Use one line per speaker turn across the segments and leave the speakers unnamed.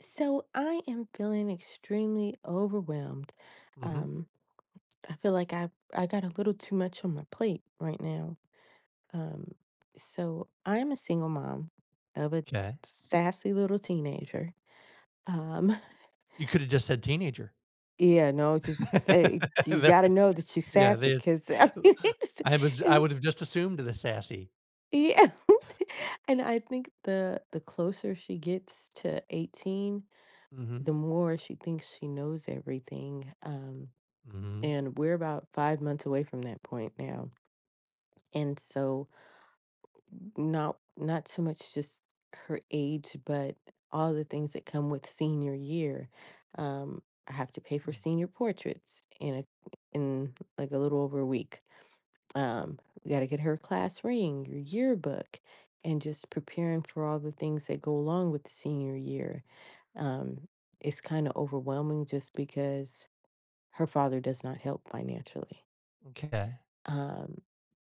So I am feeling extremely overwhelmed.
Hmm.
Um, I feel like I got a little too much on my plate right now. Um, so I'm a single mom of a
Okay.
sassy little teenager. Um,
You coulda just said teenager.
yeah, no, just you
There
got to know that she's
Yeah,
sassy
they.
because I mean, it's,
I
it-
would have just assumed the sassy.
yeah. And I think the closer she gets to 18,
Mhm.
the more she thinks she knows everything.
Mhm.
And we're about 5 months away from that point now. And so, not so much just her age, but all the things that come with senior year. Um, I have to pay for senior portraits in a in like a little over a week. Um, we got to get her a class ring, your yearbook, and just preparing for all the things that go along with senior year. Um, it's kind of overwhelming just because her father does not help financially.
Okay.
Um,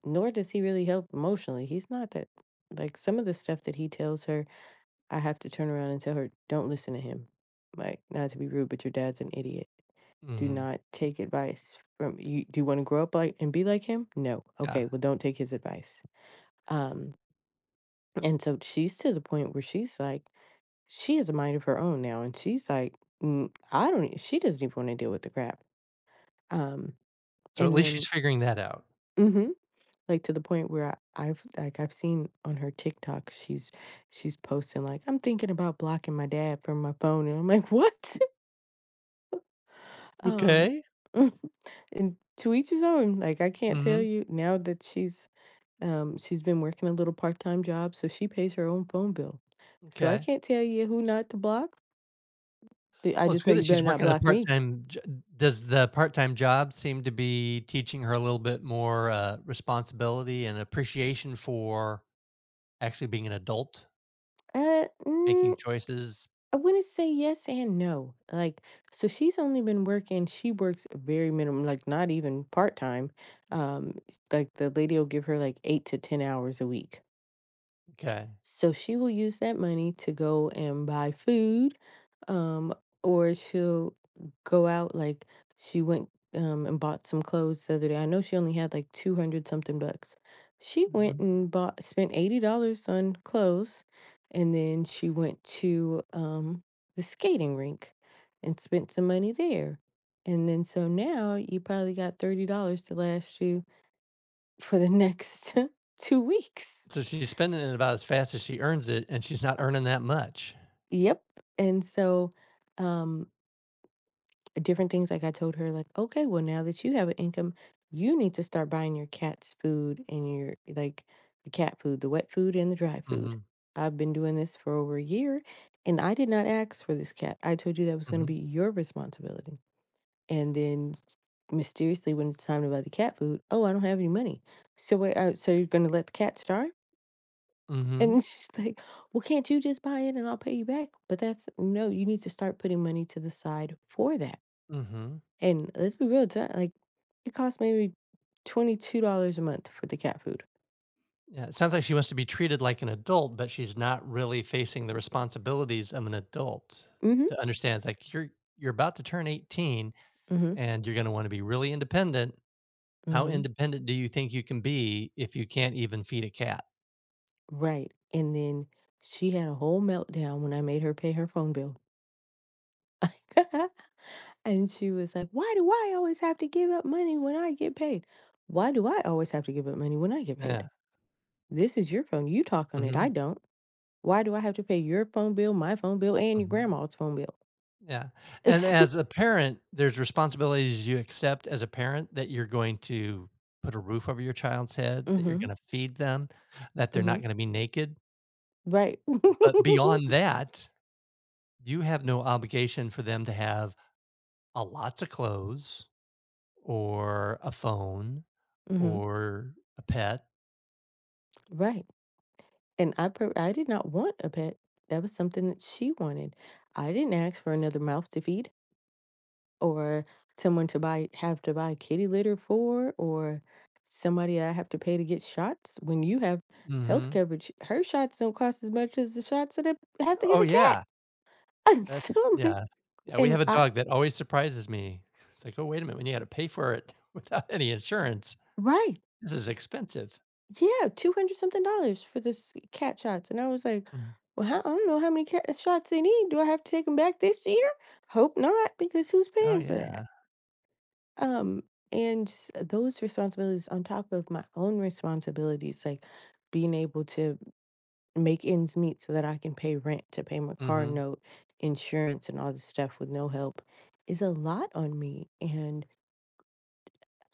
Nor does he really help emotionally. He's not that like some of the stuff that he tells her, I have to turn around and tell her, don't listen to him. Like, not to be rude, but your dad's an idiot. Do
Mhm.
not take advice from you. Do you want to grow up like and be like him? No.
Yeah.
Okay, well, don't take his advice. Um, and so she's to the point where she's like, she has a mind of her own now, and she's like, "Mm, I don't." She doesn't even want to deal with the crap. Um,
So, at
and
least she's
then,
figuring that out.
mhm, like, to the point where I've like, I've seen on her TikTok, she's posting, like, "I'm thinking about blocking my dad from my phone," and I'm like, "What?" Um,
Okay.
and to each his own, like, I can't tell
Mhm.
you now that she's been working a little part-time job, so she pays her own phone bill. So I
Okay.
can't tell you who not to block. The I
Well, it's
just know
good that
you better
she's
not
working a
block me.
part-time does the part-time job seem to be teaching her a little bit more, responsibility and appreciation for actually being an adult,
Uh, mm
making choices?
I wouldn't say yes and no. Like, so she's only been working, she works very minimum, like not even part time. Um, like the lady will give her like eight to 10 hours a week.
Okay.
So she will use that money to go and buy food, um, or she'll go out like she went and bought some clothes the other day. I know she only had like 200 something bucks. She went
Mhm.
and bought, spent $80 on clothes, and then she went to the skating rink and spent some money there. And then so now you probably got $30 to last you for the next 2 weeks.
So she's spending it about as fast as she earns it, and she's not earning that much.
Yep. And so, um, different things like I told her, like, okay, well, now that you have an income, you need to start buying your cat's food and your like the cat food, the wet food and the dry food.
Mhm.
I've been doing this for over a year and I did not ask for this cat. I told you that was going to be
Mhm.
your responsibility. And then s- Mysteriously, when it's time to buy the cat food, oh, I don't have any money. So, wait, so you're going to let the cat starve?
Mhm.
And she's like, "Well, can't you just buy it and I'll pay you back?" But that's no, you need to start putting money to the side for that.
Mhm.
And let's be real, it's not like it costs maybe $22 a month for the cat food.
Yeah, it sounds like she wants to be treated like an adult, but she's not really facing the responsibilities of an adult
Mhm.
to understand. It's like you're about to turn 18
Mhm.
and you're gonna wanna be really independent. How
Mhm.
independent do you think you can be if you can't even feed a cat?
Right. And then she had a whole meltdown when I made her pay her phone bill. And she was like, "Why do I always have to give up money when I get paid? Why do I always have to give up money when I get paid?
Yeah.
This is your phone. You talk on it. I
Mhm.
don't." Why do I have to pay your phone bill, my phone bill, and your
Mhm.
grandma's phone bill?
Yeah,
Mm,
and as a parent, there's responsibilities you accept as a parent that you're going to put a roof over your child's head, that
mhm.
you're
Mm.
gonna feed them, that they're
Mhm.
not gonna be naked,
Right.
but
Mm,
beyond that, you have no obligation for them to have a lots of clothes or a phone
mhm.
or a pet.
Right. And I did not want a pet. That was something that she wanted. I didn't ask for another mouth to feed or someone to buy have to buy kitty litter for or somebody I have to pay to get shots when you have health
Mhm.
coverage. Her shots don't cost as much as the shots that I have to get
Oh,
the cat.
yeah. That
So I'm like,
Yeah. Yeah, we
and
have a
I
dog that always surprises me. It's like, "Oh, wait a minute, when you had to pay for it without any insurance,
right.
this is expensive."
Yeah, 200 something dollars for this cat shots, and I was like,
Mhm.
"Well, how I don't know how many cat shots they need. Do I have to take them back this year? Hope not, because who's
Oh,
paying for that?"
yeah.
Um, and just those responsibilities on top of my own responsibilities, like being able to make ends meet so that I can pay rent, to pay my car
Mhm.
note, insurance, and all this stuff with no help is a lot on me, and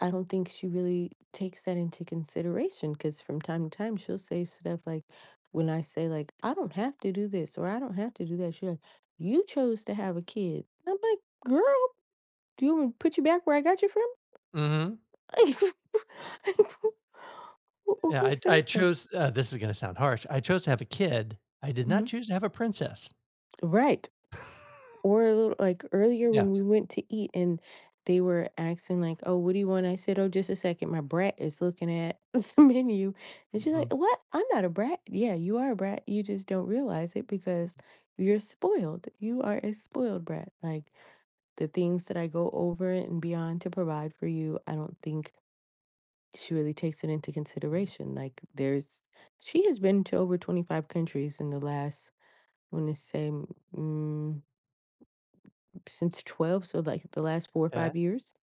I don't think she really takes that into consideration because from time to time she'll say stuff like, when I say like, I don't have to do this or I don't have to do that, she's like, you chose to have a kid. And I'm like, girl, do you want me to put you back where I got you from?
Mhm.
Like,
Yeah,
who
I
says that?
chose, this is gonna sound harsh. I chose to have a kid. I did not
Mhm.
choose to have a princess.
Right. Or a little like earlier
Yeah.
when we went to eat and they were asking like, "Oh, what do you want?" I said, "Oh, just a second. My brat is looking at the menu." And she's like,
Mhm.
"What? I'm not a brat." Yeah, you are a brat. You just don't realize it because you're spoiled. You are a spoiled brat. Like the things that I go over and beyond to provide for you, I don't think she really takes it into
Mhm.
consideration. Like there's she has been to over 25 countries in the last I want to say mm, since 12, so like the last four or
'Kay.
five years,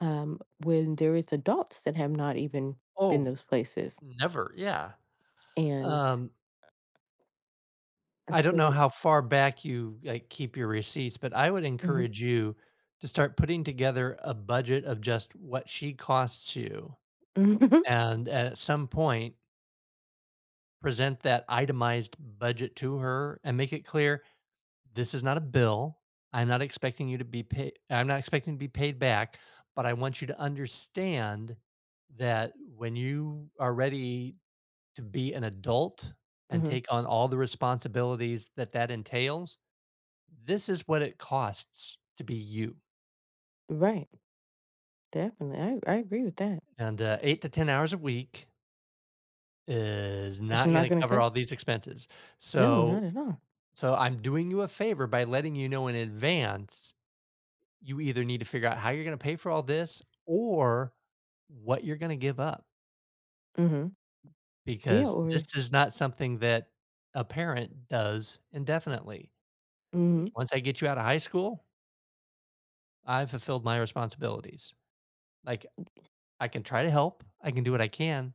um, when there is adults that have not even been
Oh,
those places.
never, yeah.
And
Um,
I
I don't
feel
know
like,
how far back you, like, keep your receipts, but I would
mhm,
encourage you to start putting together a budget of just what she costs you,
mhm,
and at some point, present that itemized budget to her and make it clear this is not a bill. I'm not expecting you to be paid. I'm not expecting to be paid back, but I want you to understand that when you are ready to be an adult and
mhm.
take on all the responsibilities that that entails, this is what it costs to be you.
Right, definitely. I agree with that.
And 8 to 10 hours a week is
It's
not
not
going to
going to
cover
cut.
all these expenses.
No, not
So,
at all.
so, I'm doing you a favor by letting you know in advance you either need to figure out how you're going to pay for all this or what you're going to give up
Hmm. Yeah,
because
or,
this is not something that a parent does indefinitely.
hmm,
Like, once I get you out of high school, I've fulfilled my responsibilities. Like I can try to help, I can do what I can,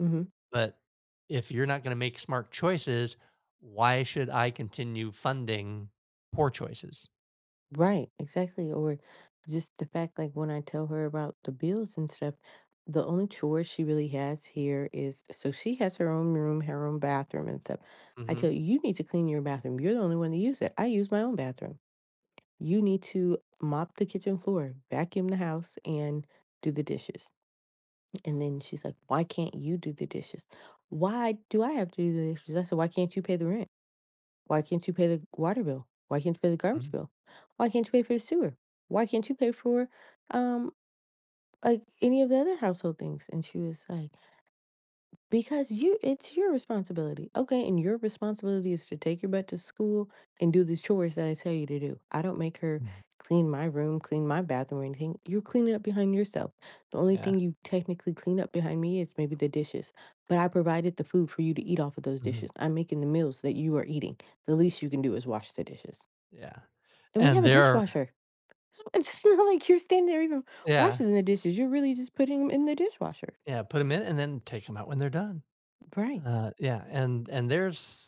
hmm,
but if you're not going to make smart choices, why should I continue funding poor choices?
right, exactly. Or just the fact, like when I tell her about the bills and stuff, the only chores she really has here is so she has her own room, her own bathroom and stuff. I tell
Mhm.
you, you need to clean your bathroom. You're the only one to use it. I use my own bathroom. You need to mop the kitchen floor, vacuum the house, and do the dishes. And then she's like, why can't you do the dishes? Why do I have to do the dishes? I said, why can't you pay the rent? Why can't you pay the water bill? Why can't you pay the garbage
Mhm.
bill? Why can't you pay for the sewer? Why can't you pay for um like any of the other household things? And she was like, because you it's your responsibility, okay, and your responsibility is to take your butt to school and do the chores that I tell you to do. I don't make her
Mhm.
clean my room, clean my bathroom or anything. You're cleaning up behind yourself. The only
Yeah.
thing you technically clean up behind me is maybe the dishes, but I provided the food for you to eat off of those
Mhm.
dishes. I'm making the meals that you are eating. The least you can do is wash the dishes.
Yeah,
And we
and
have a
they're
dishwasher. So it's not like you're standing there even
yeah,
washing the dishes. You're really just putting them in the dishwasher.
yeah, put them in and then take them out when they're done.
Right.
Yeah, and there's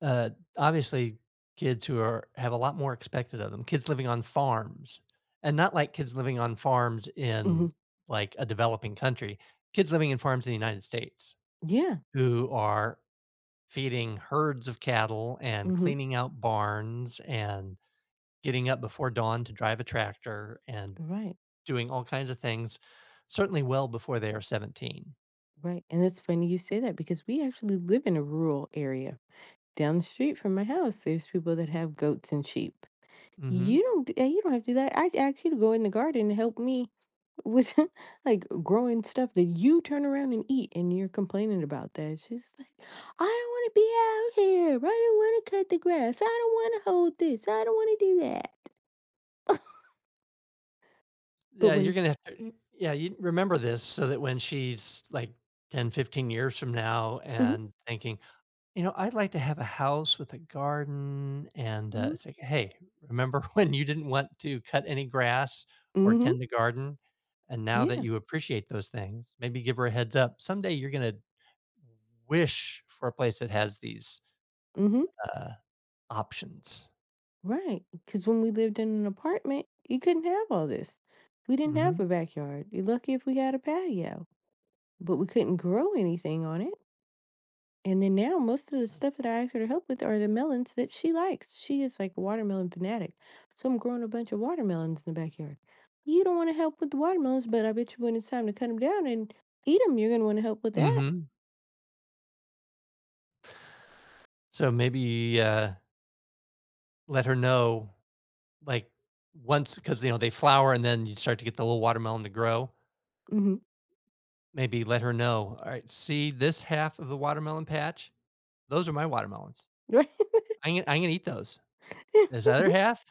Uh, obviously, kids who are have a lot more expected of them, kids living on farms, and not like kids living on farms
Hmm.
in like a developing country, kids living in farms in the United States
Yeah.
who are feeding herds of cattle and
Hmm.
cleaning out barns and getting up before dawn to drive a tractor and
Right.
doing all kinds of things, certainly well before they are 17.
Right, and it's funny you say that because we actually live in a rural area. Down the street from my house, there's people that have goats and sheep.
Mhm.
You don't have to do that. I ask you to go in the garden and help me with like growing stuff that you turn around and eat and you're complaining about that. She's like, I don't want to be out here. I don't want to cut the grass. I don't want to hold this. I don't want to do that. But
Yeah,
when
you're gonna
it's
have to yeah, you remember this so that when she's like 10, 15 years from now
mm-hmm,
and thinking, you know, I'd like to have a house with a garden and
mm-hmm,
it's like, hey, remember when you didn't want to cut any grass or
mm-hmm,
tend a garden? And now that
yeah.
you appreciate those things, maybe give her a heads up. Someday you're gonna wish for a place that has these
Mm-hmm.
uh, options.
Right, because when we lived in an apartment, you couldn't have all this. We didn't have
Hmm.
a backyard. You're lucky if we had a patio, but we couldn't grow anything on it. And then now most of the stuff that I ask her to help with are the melons that she likes. She is like a watermelon fanatic. So I'm growing a bunch of watermelons in the backyard. You don't want to help with the watermelons, but I bet you when it's time to cut them down and eat them, you're going to want to help with that.
Hmm. So maybe, let her know. Like, once, because you know, they flower and then you start to get the little watermelon to grow,
Hmm.
maybe let her know, "All right, see this half of the watermelon patch? Those are my watermelons.
Right.
I'm gonna eat those. This other half,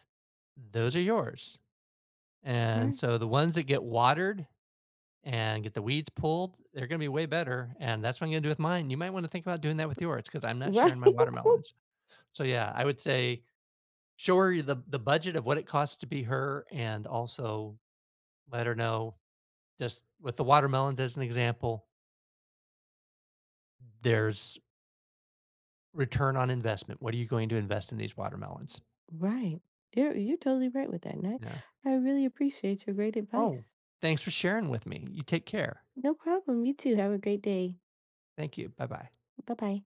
those are yours." And
Right.
so the ones that get watered and get the weeds pulled, they're gonna be way better, and that's what I'm gonna do with mine. You might wanna think about doing that with yours, because 'cause I'm not
Right.
sharing my watermelons. So, yeah, I would say show her the budget of what it costs to be her and also let her know, just with the watermelons as an example, there's return on investment. What are you going to invest in these watermelons?
Right. You're totally right with that, and
Yeah.
I really appreciate your great
Oh,
advice.
thanks for sharing with me. You take care.
No problem. You too. Have a great day.
Thank you. Bye bye.
Bye bye.